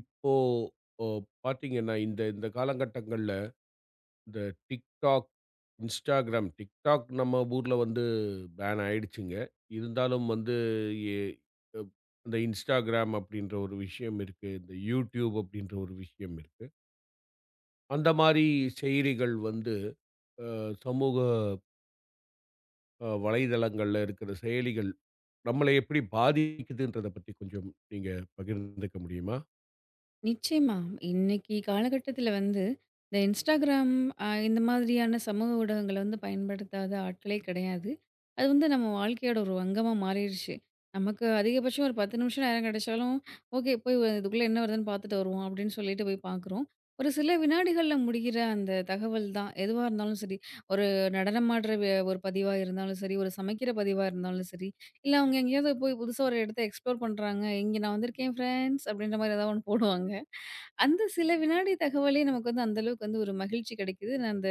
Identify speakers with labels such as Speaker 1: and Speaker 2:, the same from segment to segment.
Speaker 1: இப்போ ஒ பார்த்தீங்கன்னா, இந்த இந்த காலகட்டங்கள்ல இந்த TikTok, Instagram TikTok நம்ம ஊர்ல வந்து பேன் ஆயிடுச்சுங்க. இருந்தாலும் வந்து எ அப் அந்த Instagram அப்படின்ற ஒரு விஷயம் இருக்கு. இந்த YouTube அப்படின்ற ஒரு விஷயம் இருக்கு. அந்த மாரி செயலிகள் வந்து அ சமூக வலைதளங்கள்ல இருக்கிற செயலிகள் நம்மள எப்படி பாதிக்குதுன்றத பத்தி கொஞ்சம் நீங்க பகிர்ந்துக்க முடியுமா?
Speaker 2: நிச்சயமா. இன்னைக்கு காலகட்டத்தில வந்து, இந்த Instagram இந்த மாதிரியான சமூக ஊடகங்கள வந்து பயன்படுத்தாத ஆட்களே கிடையாது. அது வந்து நம்ம வாழ்க்கையோட ஒரு அங்கமா மாறிருச்சு. நமக்கு அதிகபட்சம் ஒரு 10 நிமிஷம் நேரம் கிடைச்சாலும், "ஓகே போய் இதுக்குள்ள என்ன வருதுன்னு பார்த்துட்டு வருவோம்." அப்படின்னு சொல்லிட்டு போய் பார்க்குறோம். ஒரு சில வினாடிகள்ல முடிகிற அந்த தகவல் தான். எதுவா இருந்தாலும் சரி, ஒரு நடனமாடுற வே ஒரு பதிவா இருந்தாலும் சரி, ஒரு சமைக்கிற பதிவா இருந்தாலும் சரி, இல்ல அவங்க எங்கேயாவது போய் புதுசா ஒரு இடத்த எக்ஸ்ப்ளோர் பண்றாங்க. "இங்க நான் வந்திருக்கேன் ஃப்ரெண்ட்ஸ்" அப்படின்ற மாரி ஏதாவது ஒண்ணு போடுவாங்க. அந்த சில வினாடி தகவலே நமக்கு வந்து அந்த அளவுக்கு வந்து ஒரு மகிழ்ச்சி கிடைக்குது. நான் அந்த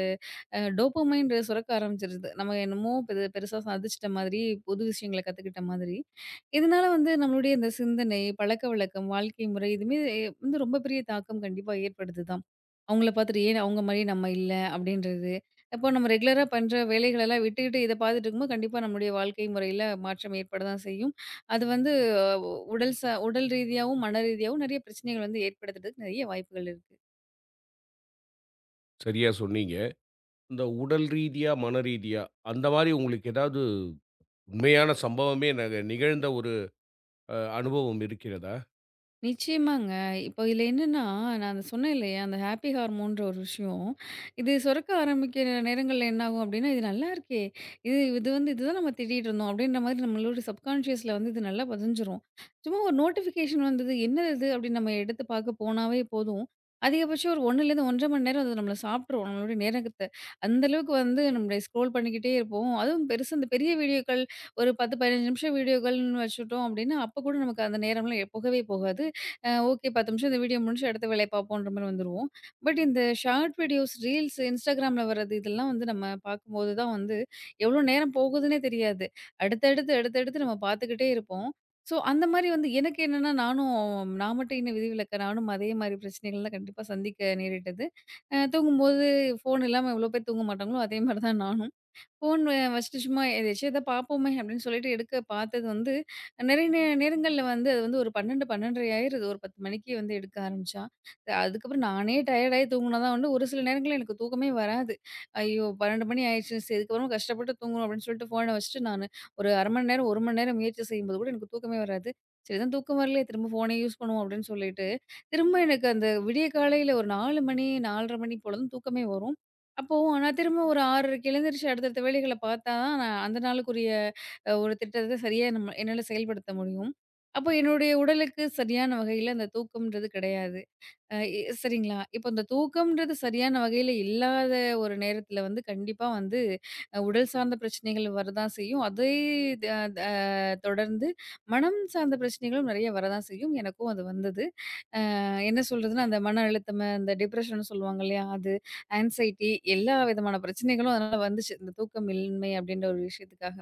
Speaker 2: டோபமைன்ற சுரக்க ஆரம்பிச்சிருது. நம்ம என்னமோ பெருசா சாதிச்சுட்ட மாதிரி, புது விஷயங்கள கத்துக்கிட்ட மாதிரி. இதனால வந்து நம்மளுடைய இந்த சிந்தனை, பழக்கவழக்கம், வாழ்க்கை முறை இதுமே வந்து ரொம்ப பெரிய தாக்கம் கண்டிப்பா ஏற்படுது தான். அவங்கள பார்த்துட்டு ஏன் அவங்க மாரியே நம்ம இல்ல அப்படின்றது. அப்போ நம்ம ரெகுலரா பண்ற வேலைகளெல்லாம் விட்டுக்கிட்டு இத பார்த்துட்டு இருக்கும்போது, கண்டிப்பா நம்முடைய வாழ்க்கை முறையில மாற்றம் ஏற்பட தான் செய்யும். அது வந்து அஹ், உடல் ரீதியாவும், மன ரீதியாவும் நெறைய பிரச்சனைகள் வந்து ஏற்படுத்துறதுக்கு நெறைய வாய்ப்புகள் இருக்கு.
Speaker 1: சரியா சொன்னீங்க. இந்த உடல் ரீதியா, மன ரீதியா அந்த மாரி உங்களுக்கு ஏதாவது உண்மையான சம்பவமே நிகழ்ந்த ஒரு அனுபவம் இருக்கிறதா?
Speaker 2: நிச்சயமாங்க. இப்போ இதில என்னன்னா, நான் அந்த சொன்னேன் இல்லையா, அந்த ஹாப்பி ஹார்மோன்ற ஒரு விஷயம். இது சுரக்க ஆரம்பிக்கிற நேரங்கள்ல என்னாகும் அப்டின்னா, "இது நல்லாருக்கே! இது இது வந்து இதுதான் நம்ம தேடிட்டு இருந்தோம்." அப்டின்ற மாதிரி நம்மளோட சப்கான்ஷியஸ்ல வந்து இது நல்லா பதிஞ்சிரும். சும்மா ஒரு நோட்டிஃபிகேஷன் வந்தது, "என்னது இது?" அப்டின்னு நம்ம எடுத்து பாக்க போனாவே போதும். அதிகபட்சம் ஒரு 1லேருந்து 1 1/2 மணி நேரம் அது நம்மள சாப்ட்ரும். நம்மளுடைய நேரத்த. அந்த அளவுக்கு வந்து நம்மள ஸ்க்ரோல் பண்ணிக்கிட்டே இருப்போம். அதுவும் பெருசா இந்த பெரிய வீடியோக்கள் ஒரு 10, 15 நிமிஷம் வீடியோக்கள்னு வச்சுட்டோம் அப்டின்னா, அப்ப கூட நமக்கு அந்த நேரம்லாம் போகவே போகாது. ஓகே 10 நிமிஷம் இந்த வீடியோ முடிஞ்சு அடுத்த வேலைய பார்ப்போன்ற மாரி வந்துருவோம். பட் இந்த ஷார்ட் வீடியோஸ், ரீல்ஸ், இன்ஸ்டாகிராம்ல வர்றது இதெல்லாம் வந்து நம்ம பார்க்கும்போது தான் வந்து எவ்வளோ நேரம் போகுதுன்னே தெரியாது. அடுத்தடுத்து, அடுத்தடுத்து நம்ம பார்த்துக்கிட்டே இருப்போம். ஸோ அந்த மாரி வந்து எனக்கு என்னன்னா நானும் நான் மட்டும் என்ன விதிவிலக்கா? நானும் அதே மாரி பிரச்சனைகள்லாம் கண்டிப்பா சந்திக்க நேரிட்டது. தூங்கும்போது ஃபோன் இல்லாம எவ்வளோ பேர் தூங்க மாட்டாங்களோ, அதே மாரி தான் நானும். ஃபோன் வச்சுட்டு சும்மா எதயாச்சும் எதா பார்ப்போமே அப்படின்னு சொல்லிட்டு எடுக்க பார்த்தது வந்து, நிறைய நேரங்கள்ல வந்து அது வந்து ஒரு 12, 12:30 ஆயிருது. ஒரு 10 மணிக்கு வந்து எடுக்க ஆரம்பிச்சா. அதுக்கப்புறம் நானே டயர்ட் ஆயி தூங்குனா தான் உண்டு. ஒரு சில நேரங்கள்ல எனக்கு தூக்கமே வராது. ஐயோ! 12 மணி ஆயிருச்சு. சரி இதுக்கப்புறம் கஷ்டப்பட்டு தூங்கணும் அப்படின்னு சொல்லிட்டு ஃபோன வச்சுட்டு நானு ஒரு 1/2 மணி நேரம், 1 மணி நேரம் முயற்சி செய்யும்போது கூட எனக்கு தூக்கமே வராது. சரிதான் தூக்கம் வரலையே திரும்ப ஃபோனே யூஸ் பண்ணுவோம் அப்படின்னு சொல்லிட்டு, திரும்ப எனக்கு அந்த விடிய காலையில ஒரு 4 மணி, 4:30 மணி போல தான் தூக்கமே வரும். அப்போ நான் திரும்ப ஒரு 6:30க்கு எழுந்திரிச்சு அடுத்தடுத்த வேலைகள பார்த்தா தான், நான் அந்த நாளுக்குரிய ஒரு திட்டத்த சரியா நம்ம என்னால செயல்படுத்த முடியும். அப்போ என்னுடைய உடலுக்கு சரியான வகையில அந்த தூக்கம்ன்றது கிடையாது. அ இ சரிங்களா? இப்போ இந்த தூக்கம்ன்றது சரியான வகையில இல்லாத ஒரு நேரத்தில வந்து கண்டிப்பா வந்து உடல் சார்ந்த பிரச்சனைகள் வரதான் செய்யும். அதே த த தொடர்ந்து மனம் சார்ந்த பிரச்சனைகளும் நெறைய வரதான் செய்யும். எனக்கும் அது வந்தது. என்ன சொல்றதுன்னா, அந்த மன அழுத்தம், அந்த டிப்ரஷன்னு சொல்லுவாங்க இல்லையா? அது, ஆங்சைட்டி எல்லா விதமான பிரச்சனைகளும் அதனால வந்துச்சு. இந்த தூக்கமின்மை அப்படின்ற ஒரு விஷயத்துக்காக.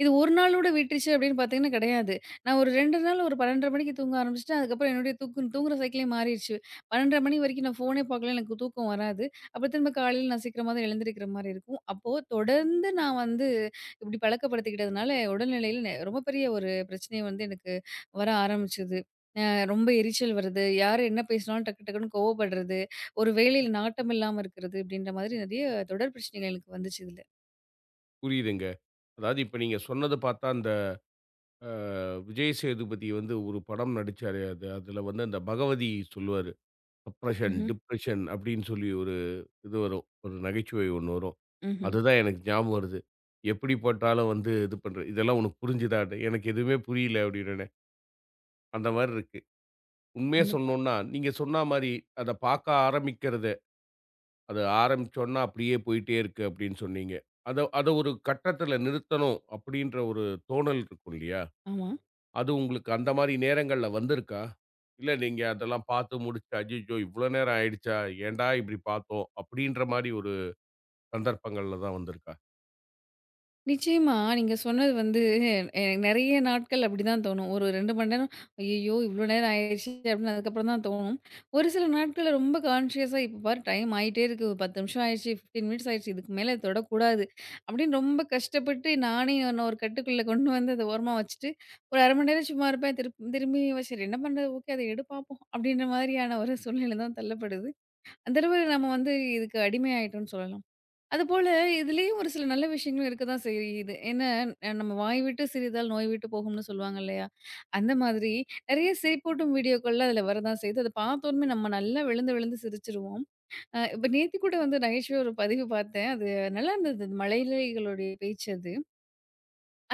Speaker 2: இது ஒரு நாளோட விட்டுருச்சு அப்படின்னு பார்த்தீங்கன்னா கிடையாது. நான் ஒரு 2 நாள் ஒரு 12:30 மணிக்கு தூங்க ஆரம்பிச்சுட்டேன். அதுக்கப்புறம் என்னுடைய தூக்கம் தூங்குற சைக்கிளே மாறிருச்சு. 12:30 மணி வரைக்கும் நான் ஃபோனே பார்க்கல. எனக்கு தூக்கம் வராது. அப்புறம் திரும்ப காலையில நான் சீக்கிரமா தான் எழுந்திருக்கிற மாரி இருக்கும். அப்போ தொடர்ந்து நான் வந்து இப்படி பழக்கப்படுத்திக்கிட்டதுனால, உடல்நிலையில ரொம்ப பெரிய ஒரு பிரச்சனை வந்து எனக்கு வர ஆரம்பிச்சது. அ ரொம்ப எரிச்சல் வருது. யார் என்ன பேசினாலும் டக்கு டக்குன்னு கோவப்படுறது. ஒரு வேலையில நாட்டம் இல்லாம இருக்கிறது. இப்படின்ற மாதிரி நிறைய தொடர் பிரச்சனைகள் எனக்கு வந்துச்சு இதுல.
Speaker 1: புரியுதுங்க. அதாவது இப்ப நீங்க சொன்னது பார்த்தா, அந்த அ விஜய் சேதுபதி வந்து ஒரு படம் நடிச்சாரு. அதுல வந்து அந்த பகவதி சொல்லுவாரு. "சப்ரஷன்,
Speaker 2: ம்ஹ்ம்.
Speaker 1: டிப்ரஷன்" அப்படின்னு சொல்லி ஒரு இது வரும். ஒரு நகைச்சுவை ஒண்ணு வரும்.
Speaker 2: ம்ஹ்ம்.
Speaker 1: அதுதான் எனக்கு ஞாபகம் வருது. எப்படி போட்டாலும் வந்து இது பண்ற இதெல்லாம் உனக்கு புரிஞ்சுதான்னு. எனக்கு எதுவுமே புரியல அப்படின்னோனே. அந்த மாரி இருக்கு. உண்மைய
Speaker 2: கண்டிப்பா.
Speaker 1: சொல்லணும்னா, நீங்க சொன்னா மாரி அத பாக்க ஆரம்பிக்கிறது, அது ஆரம்பிச்சோன்னா அப்படியே போயிட்டே இருக்கு அப்படின்னு சொன்னீங்க. அத அத ஒரு கட்டத்துல நிறுத்தணும் அப்படின்ற ஒரு தோணல் இருக்கும் இல்லையா?
Speaker 2: ஆமா.
Speaker 1: அது உங்களுக்கு அந்த மாரி நேரங்கள்ல வந்திருக்கா? இல்ல நீங்க அதெல்லாம் பாத்து முடிச்சு, "அய்யய்யோ! இவ்வளோ நேரம் ஆயிடுச்சா? ஏன்டா இப்படி பாத்தோம்?" அப்படின்ற மாரி ஒரு சந்தர்ப்பங்கள்ல தான் வந்திருக்கா?
Speaker 2: நிச்சயமா. நீங்க சொன்னது வந்து எனக்கு நெறைய நாட்கள் அப்படிதான் தோணும். ஒரு 2 மணி நேரம், "ஐயய்யோ! இவ்ளோ நேரம் ஆயிடுச்சு" அப்படின்னு அதுக்கப்புறம் தான் தோணும். ஒரு சில நாட்கள்ல ரொம்ப கான்ஷியஸா, "இப்ப பாரு டைம் ஆயிட்டே இருக்கு. 10 நிமிஷம் ஆயிடுச்சு, 15 மினிட்ஸ் ஆயிடுச்சு. இதுக்கு மேல இத தொடக்கூடாது" அப்படின்னு ரொம்ப கஷ்டப்பட்டு நானே என்ன ஒரு கட்டுக்குள்ள கொண்டு வந்து அத ஓரமா வச்சுட்டு, ஒரு 1/2 மணி நேரம் சும்மா இருப்பேன். திரும்பியும் "சரி என்ன பண்றது? ஓகே அத எடு பாப்போம்" அப்படின்ற மாதிரியான ஒரு சூழ்நிலை தான் தள்ளப்படுது. அந்த அளவு நம்ம வந்து இதுக்கு அடிமையாயிட்டோம்னு சொல்லலாம். அதுபோல இதுலயும் ஒரு சில நல்ல விஷயங்களும் இருக்கதான் செய்யுது. ஏன்னா, நம்ம வாய் விட்டு சிரித்தால் நோய் விட்டு போகும்னு சொல்லுவாங்க இல்லையா? அந்த மாதிரி நெறைய சிரிப்பூட்டும் வீடியோக்கள்லாம் அதுல வரதான் செய்யுது. அத பார்த்தோனமே நம்ம நல்லா விழுந்து விழுந்து சிரிச்சுருவோம். இப்ப நேத்து கூட வந்து நகைச்சுவையா ஒரு பதிவு பார்த்தேன். அது நல்லா இருந்தது. அது மழலைகளுடைய பேச்சு அது.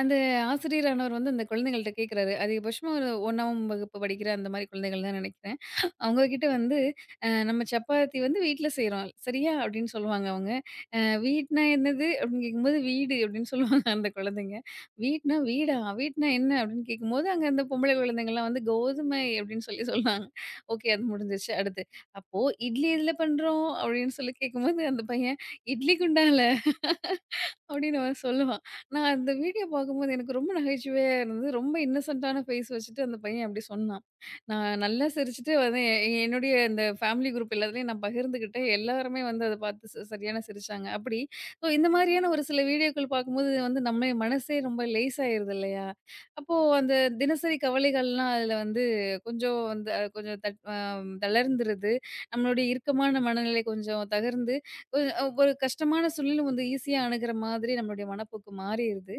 Speaker 2: அந்த ஆசிரியரானவர் வந்து அந்த குழந்தைங்கள்ட்ட கேட்கிறாரு. அதிகபட்சமா ஒரு 1ஆம் வகுப்பு படிக்கிற அந்த மாரி குழந்தைகள் தான் நெனைக்கிறேன். அவங்க கிட்ட வந்து நம்ம சப்பாத்தி வந்து வீட்ல செய்றோம். சரியா? அப்படின்னு சொல்லுவாங்க அவங்க. அ வீட்னா என்னது? அப்படின்னு கேட்கும்போது, வீடு அப்படின்னு சொல்லுவாங்க அந்த குழந்தைங்க. வீட்னா வீடா? வீட்னா என்ன? அப்படின்னு கேட்கும்போது, அங்க அந்த பொம்பளை குழந்தைங்கலாம் வந்து கோதுமை அப்படின்னு சொல்லி சொன்னாங்க. ஓகே அது முடிஞ்சிருச்சு. அடுத்து, அப்போ இட்லி எதுல பண்றோம்? அப்படின்னு சொல்லி கேட்கும்போது, அந்த பையன் இட்லி குண்டான்ல அப்படின்னு அவன் சொல்லுவான். நான் அந்த வீடியோ பார்க்கும்போது எனக்கு ரொம்ப நகைச்சுவையா இருந்தது. ரொம்ப இன்னசென்ட்டான ஃபேஸ் வச்சுட்டு அந்த பையன் அப்படி சொன்னான். நான் நல்லா சிரிச்சுட்டு வந்து எ எ- என்னுடைய இந்த ஃபேமிலி குரூப் எல்லாத்துலயும் நான் பகிர்ந்துக்கிட்டேன். எல்லாருமே வந்து அத பார்த்து சரியான சிரிச்சாங்க. அப்படி ஸோ இந்த மாதிரியான ஒரு சில வீடியோக்கள் பார்க்கும்போது வந்து நம்ம மனசே ரொம்ப லேஸ் ஆயிருது இல்லையா? அப்போ அந்த தினசரி கவலைகள்லாம் அதுல வந்து கொஞ்சம் வந்து கொஞ்சம் தட் அ தளர்ந்துருது. நம்மளுடைய இறுக்கமான மனநிலை கொஞ்சம் தகர்ந்து ஒரு ஒரு கஷ்டமான சூழ்நிலை வந்து ஈஸியா அணுகுற மாதிரி நம்மளுடைய மனப்போக்கு மாறிருது.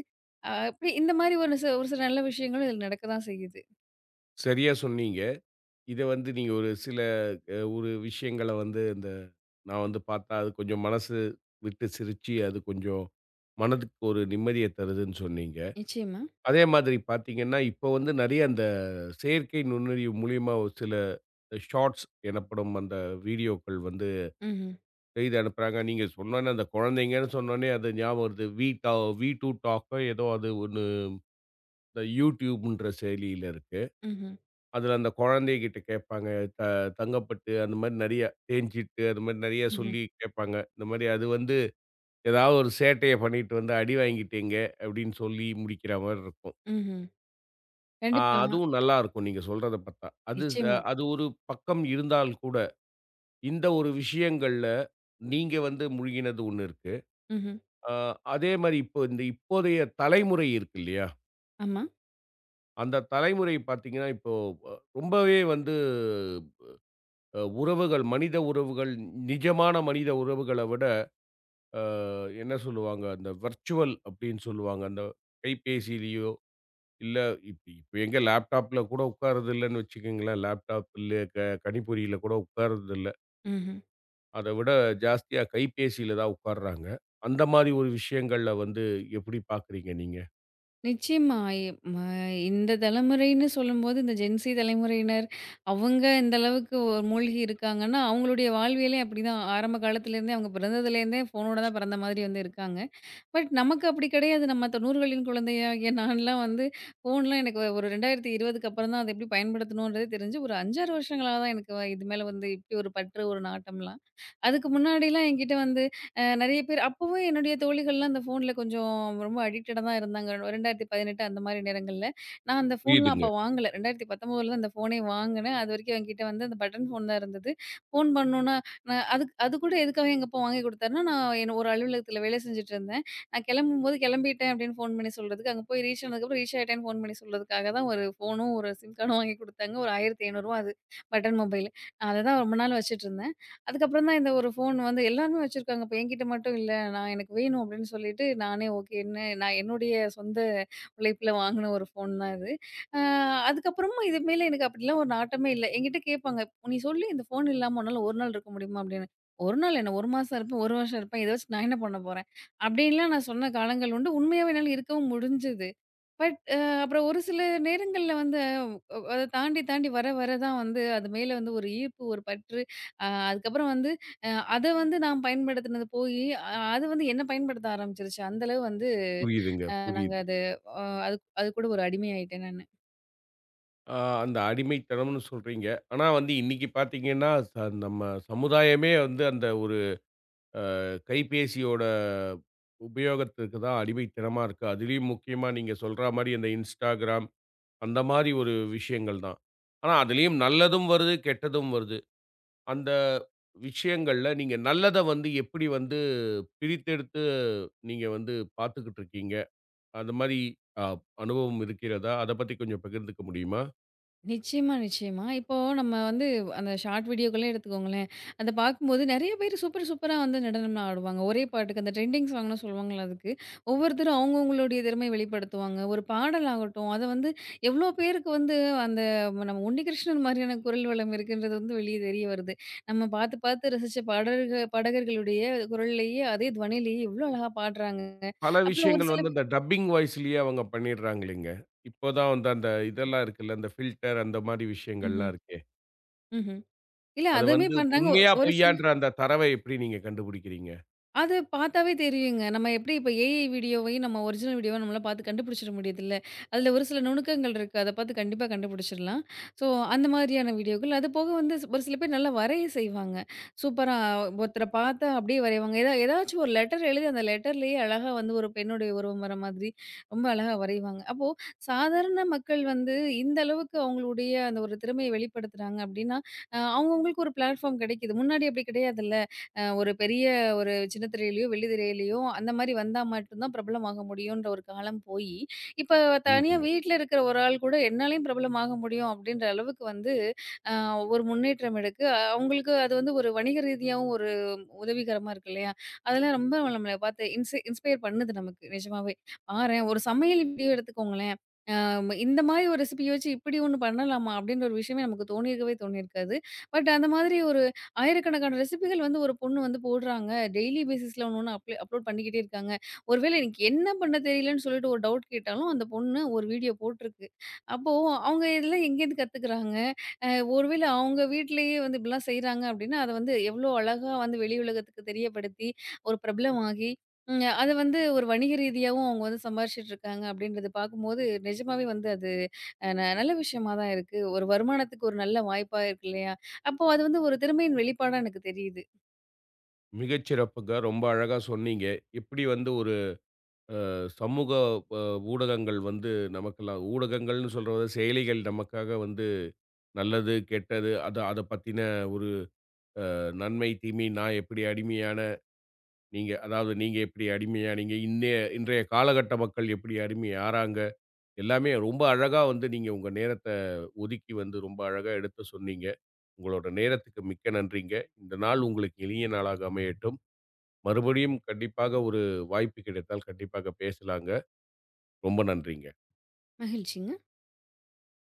Speaker 2: அப்படி இந்த மாரி ஒரு சில ஒரு சில நல்ல விஷயங்களும் இதில நடக்க தான் செய்யுது.
Speaker 1: சரியா சொன்னீங்க. இத வந்து நீங்க ஒரு சில ஒரு விஷயங்கள வந்து இந்த நான் வந்து பார்த்தா, அது கொஞ்சம் மனசு விட்டு சிரிச்சு, அது கொஞ்சம் மனதுக்கு ஒரு நிம்மதிய தருதுன்னு சொன்னீங்க.
Speaker 2: நிச்சயமா.
Speaker 1: அதே மாதிரி பார்த்தீங்கன்னா, இப்போ வந்து நெறைய அந்த செயற்கை நுண்ணறிவு மூலியமா ஒரு சில ஷார்ட்ஸ் எனப்படும் அந்த வீடியோக்கள் வந்து
Speaker 2: ம்ஹ்ம்.
Speaker 1: செய்து அனுப்புறாங்க. நீங்க சொன்னோனே அந்த குழந்தைங்கன்னு சொன்னோனே அது ஞாபகம் வருது. வீ டூ டாக்கோ ஏதோ அது ஒண்ணு இந்த YouTubeன்ற செயலியில இருக்கு.
Speaker 2: ம்ஹ்ம்.
Speaker 1: அதுல அந்த குழந்தைகிட்ட கேட்பாங்க. த தங்கப்பட்டு அந்த மாரி நெறைய தேஞ்சிட்டு அது மாரி நெறைய
Speaker 2: ம்ஹ்ம்.
Speaker 1: சொல்லி கேட்பாங்க. இந்த மாரி அது வந்து ஏதாவது ஒரு சேட்டைய பண்ணிட்டு வந்து அடி வாங்கிட்டீங்க அப்படின்னு சொல்லி முடிக்கிற மாரி இருக்கும்.
Speaker 2: ம்ஹ்ம்.
Speaker 1: ஆ
Speaker 2: கண்டிப்பா.
Speaker 1: அதுவும் நல்லாருக்கும் நீங்க சொல்றத பார்த்தா.
Speaker 2: நிச்சயமா.
Speaker 1: அது ஒரு பக்கம் இருந்தால் கூட, இந்த ஒரு விஷயங்கள்ல நீங்க வந்து முழுகினது ஒண்ணு இருக்கு.
Speaker 2: ம்ஹ்ம்.
Speaker 1: ஆ அதே மாரி இப்போ இந்த இப்போதைய தலைமுறை இருக்கு இல்லையா?
Speaker 2: ஆமா.
Speaker 1: அந்த தலைமுறை பார்த்தீங்கன்னா, இப்போ ரொம்பவே வந்து உறவுகள், மனித உறவுகள், நிஜமான மனித உறவுகள விட, அ என்ன சொல்லுவாங்க, அந்த வர்ச்சுவல் அப்படின்னு சொல்லுவாங்க. அந்த கைபேசியிலயோ, இல்ல இப்ப எங்க லேப்டாப்ல கூட உட்கார்றது இல்லன்னு வச்சுக்கங்களேன். லேப்டாப் இல்ல கணிப்பொறியில கூட உட்கார்றது இல்ல.
Speaker 2: ம்ஹ்ம்.
Speaker 1: அத விட ஜாஸ்தியா கைபேசியில தான் உட்கார்றாங்க. அந்த மாரி ஒரு விஷயங்கள்ல வந்து எப்படி பார்க்குறீங்க நீங்க?
Speaker 2: நிச்சயமா. எ ம இந்த தலைமுறைன்னு சொல்லும்போது இந்த ஜென்சி தலைமுறையினர், அவங்க இந்த அளவுக்கு மூழ்கி இருக்காங்கன்னா, அவங்களுடைய வாழ்வியலே அப்படிதான். ஆரம்ப காலத்துலேருந்தே அவங்க பிறந்ததுலேருந்தே ஃபோனோட தான் பிறந்த மாதிரி வந்து இருக்காங்க. பட் நமக்கு அப்படி கிடையாது. நம்ம 90களின் குழந்தையாகிய நான்லாம் வந்து ஃபோன்லாம் எனக்கு ஒரு 2020க்கு அப்புறம் தான் அத எப்படி பயன்படுத்தணும்ன்றது தெரிஞ்சு, ஒரு 5, 6 வருஷங்களா தான் எனக்கு இது மேல வந்து இப்படி ஒரு பற்று, ஒரு நாட்டம்லாம். அதுக்கு முன்னாடிலாம் என்கிட்ட வந்து நெறைய பேர் அப்பவே என்னுடைய தோழிகள்லாம் அந்த ஃபோன்ல கொஞ்சம் ரொம்ப அடிக்டடா தான் இருந்தாங்க. 2018 அந்த மாரி நேரங்கள்ல. நான் அந்த ஃபோன்லாம்
Speaker 1: புரியுதுங்க,
Speaker 2: அப்ப வாங்கல. 2019 தான் அந்த ஃபோனே வாங்குனேன். அதுவரைக்கும் என்கிட்ட வந்து அந்த பட்டன் ஃபோன் தான் இருந்தது. ஃபோன் பண்ணோம்னா நான் அது கூட எதுக்காக எங்க அப்பா வாங்கி குடுத்தாருன்னா, நான் என்ன ஒரு அலுவலகத்துல வேலை செஞ்சுட்டு இருந்தேன். நான் கெளம்பும்போது "கெளம்பிட்டேன்" அப்படின்னு ஃபோன் பண்ணி சொல்றதுக்கு, அங்க போய் ரீச் ஆனதுக்கப்புறம் "ரீச் ஆயிட்டேன்னு" ஃபோன் பண்ணி சொல்றதுக்காக தான் ஒரு ஃபோனும், ஒரு சிம் கார்டும் வாங்கி குடுத்தாங்க. ஒரு ரூ. 1,500 அது பட்டன் மொபைல். நான் அத தான் ரொம்ப நாள் வச்சுட்டுருந்தேன். அதுக்கப்புறம் தான் இந்த ஒரு ஃபோன் வந்து எல்லாருமே வச்சிருக்காங்க. இப்ப என்கிட்ட மட்டும் இல்ல. நான் எனக்கு வேணும் அப்படின்னு சொல்லிட்டு நானே ஓகேன்னு நான் என்னுடைய சொந்த உழைப்புல வாங்குன ஒரு ஃபோன் தான் இது. அ அதுக்கப்புறமும் இது மேல எனக்கு அப்படிலாம் ஒரு நாட்டமே இல்ல. என்கிட்ட கேட்பாங்க, "நீ சொல்லு இந்த ஃபோன் இல்லாம உன்னால ஒரு நாள் இருக்க முடியுமா?" அப்படின்னு. 1 நாள் என்ன 1 மாசம் இருப்பேன், 1 வருஷம் இருப்பேன். இத வச்சு நான் என்ன பண்ண போறேன்? அப்படின்லாம் நான் சொன்ன காலங்கள் உண்டு. உண்மையாவே என்னால இருக்கவும் முடிஞ்சது. பட் அப்புறம் ஒரு சில நேரங்கள்ல வந்து அத தாண்டி தாண்டி வர வர தான் வந்து அது மேல வந்து ஒரு ஈர்ப்பு, ஒரு பற்று அதுக்கப்புறம் வந்து அ அத வந்து நான் பயன்படுத்தினது போயி, அது வந்து என்ன பயன்படுத்த ஆரம்பிச்சுருச்சு. அந்த அளவு வந்து
Speaker 1: புரியுதுங்க,
Speaker 2: அ நாங்க
Speaker 1: புரியுது.
Speaker 2: அது அ அது அது கூட ஒரு அடிமையாயிட்டேன் நானு.
Speaker 1: அ அந்த அடிமைத்தனம்னு சொல்றீங்க. ஆனா வந்து இன்னைக்கு பார்த்தீங்கன்னா, நம்ம சமுதாயமே வந்து அந்த ஒரு கைபேசியோட உபயோகத்துக்கு தான் அடிமைத்தனமா இருக்கு. அதிலயும் முக்கியமா நீங்க சொல்றா மாரி அந்த Instagram அந்த மாரி ஒரு விஷயங்கள் தான். ஆனா, அதிலயும் நல்லதும் வருது, கெட்டதும் வருது. அந்த விஷயங்கள்ல நீங்க நல்லத வந்து எப்படி வந்து பிரித்தெடுத்து நீங்க வந்து பார்த்துக்கிட்டு இருக்கீங்க? அந்த மாரி அ அனுபவம் இருக்கிறதா? அத பத்தி கொஞ்சம் பகிர்ந்துக்க முடியுமா?
Speaker 2: நிச்சயமா, நிச்சயமா. இப்போ நம்ம வந்து அந்த ஷார்ட் வீடியோக்களே எடுத்துக்கோங்களேன். அத பார்க்கும்போது நெறைய பேரு சூப்பரா வந்து நடனம்லாம் ஆடுவாங்க. ஒரே பாட்டுக்கு அந்த ட்ரெண்டிங் சாங்னு சொல்லுவாங்கல்ல அதுக்கு. ஒவ்வொருத்தரும் அவங்கவங்களுடைய திறமைய வெளிப்படுத்துவாங்க. ஒரு பாடல் ஆகட்டும், அத வந்து எவ்ளோ பேருக்கு வந்து அந்த நம்ம உன்னிகிருஷ்ணன் மாரியான குரல் வளம் இருக்குன்றது வந்து வெளிய தெரிய வருது. நம்ம பார்த்து, பார்த்து ரசிச்ச பாடகர்களுடைய குரல்லயே அதே துவனியிலேயே எவ்ளோ அழகா பாடுறாங்க.
Speaker 1: பல
Speaker 2: அப்புறம் ஒரு
Speaker 1: விஷயங்கள்
Speaker 2: சில
Speaker 1: வந்து இந்த டப்பிங் வாய்ஸ்லயே அவங்க பண்ணிடுறாங்க இல்லைங்க. இப்போ தான் வந்து அந்த இதெல்லாம் இருக்குல்ல, அந்த ஃபில்டர் அந்த மாரி
Speaker 2: ம்,
Speaker 1: விஷயங்கள்லாம்
Speaker 2: ம்,
Speaker 1: இருக்கே!
Speaker 2: ம்ஹ்ம். இல்ல
Speaker 1: அது
Speaker 2: அதுவுமே
Speaker 1: வந்து
Speaker 2: பண்றாங்க.
Speaker 1: உண்மையா,
Speaker 2: ஒரு சில
Speaker 1: பொய்யான்ற அந்த தரவை எப்படி நீங்க கண்டுபிடிக்கிறீங்க?
Speaker 2: அது பார்த்தாவே தெரியுங்க. நம்ம எப்படி இப்ப ஏஐ வீடியோவையும், நம்ம ஒரிஜினல் வீடியோவ நம்மளால பார்த்து கண்டுபிடிச்சிட முடியுதுல்ல. அதில ஒரு சில நுணுக்கங்கள் இருக்கு. அத பார்த்து கண்டிப்பா கண்டுபிடிச்சிடலாம். ஸோ அந்த மாதிரியான வீடியோக்கள். அது போக வந்து ஒரு சில பேர் நல்லா வரைய செய்வாங்க. சூப்பரா ஒருத்தர பார்த்தா அப்படியே வரைவாங்க. ஏதாச்சும் ஒரு லெட்டர் எழுதி அந்த லெட்டர்லேயே அழகா வந்து ஒரு பெண்ணுடைய உருவம் வர மாதிரி ரொம்ப அழகா வரைவாங்க. அப்போ சாதாரண மக்கள் வந்து இந்த அளவுக்கு அவங்களுடைய அந்த ஒரு திறமைய வெளிப்படுத்துறாங்க அப்படின்னா, அவங்கவங்களுக்கு ஒரு பிளாட்ஃபார்ம் கிடைக்குது. முன்னாடி அப்படி கிடையாதுல்ல. ஒரு பெரிய ஒரு சின்ன திரையிலயோ, வெள்ளி திரையிலயோ அந்த மாரி வந்தா மட்டும் தான் பிரபலமாக முடியுன்ற ஒரு காலம் போயி, இப்ப தனியா
Speaker 1: புரியுதுங்க.
Speaker 2: வீட்ல இருக்கிற ஒரு ஆள் கூட என்னாலயும் பிரபலமாக முடியும் அப்படின்ற அளவுக்கு வந்து அ ஒரு முன்னேற்றம் இருக்கு. அவங்களுக்கு அது வந்து ஒரு வணிக ரீதியாவும் ஒரு உதவிகரமா இருக்கு இல்லையா? அதெல்லாம் ரொம்ப நம்மள பார்த்து இன்ஸ்பயர் பண்ணுது நமக்கு நிஜமாவே. பாரேன் ஒரு சமையல் வீடியோ எடுத்துக்கோங்களேன். ஆமா. இந்த மாதிரி ஒரு ரெசிபி யோசிச்சு இப்படி ஒண்ணு பண்ணலாமா? அப்படின்ற ஒரு விஷயமே நமக்கு தோணியிருக்கவே தோணியிருக்காது. பட் அந்த மாதிரி ஒரு ஆயிரக்கணக்கான ரெசிபிகள் வந்து ஒரு பொண்ணு வந்து போடுறாங்க. டெய்லி பேசிஸ்ல ஒண்ணு ஒண்ணு அப்லோட் பண்ணிக்கிட்டே இருக்காங்க. ஒருவேளை எனக்கு என்ன பண்ண தெரியலன்னு சொல்லிட்டு ஒரு டவுட் கேட்டாலும், அந்த பொண்ணு ஒரு வீடியோ போட்டிருக்கு. அப்போ அவங்க இதெல்லாம் எங்கேருந்து கத்துக்கிறாங்க? அ ஒருவேளை அவங்க வீட்லயே வந்து இப்படிலாம் செய்றாங்க அப்படின்னா, அத வந்து எவ்ளோ அழகா வந்து வெளி உலகத்துக்கு தெரியப்படுத்தி, ஒரு பிரபலமாகி ம். அத வந்து ஒரு வணிக ரீதியாவும் அவங்க வந்து சம்பாரிச்சுட்டு இருக்காங்க அப்படின்றத பார்க்கும்போது, நிஜமாவே வந்து அது அ ந நல்ல விஷயமா தான் இருக்கு. ஒரு வருமானத்துக்கு ஒரு நல்ல வாய்ப்பா இருக்கு இல்லையா? அப்போ அது வந்து ஒரு திறமையின் வெளிப்பாடா எனக்கு தெரியுது.
Speaker 1: மிகச் சிறப்புங்க. ரொம்ப அழகா சொன்னீங்க. எப்படி வந்து ஒரு சமூக அ ஊடகங்கள் வந்து நமக்கெல்லாம் ஊடகங்கள்னு சொல்றத செயலிகள் நமக்காக வந்து நல்லது, கெட்டது, அது அத பத்தின ஒரு நன்மை, தீமை, நான் எப்படி அடிமையான நீங்க அதாவது நீங்க எப்படி அடிமையானீங்க? இன்றைய காலகட்ட மக்கள் எப்படி அடிமை ஆறாங்க? எல்லாமே ரொம்ப அழகா வந்து நீங்க உங்க நேரத்த ஒதுக்கி வந்து ரொம்ப அழகா எடுத்து சொன்னீங்க. உங்களோட நேரத்துக்கு மிக்க நன்றிங்க. இந்த நாள் உங்களுக்கு இனிய நாளாக அமையட்டும். மறுபடியும் கண்டிப்பாக ஒரு வாய்ப்பு கிடைத்தால் கண்டிப்பாக பேசலாங்க. ரொம்ப நன்றிங்க.
Speaker 2: மகிழ்ச்சிங்க.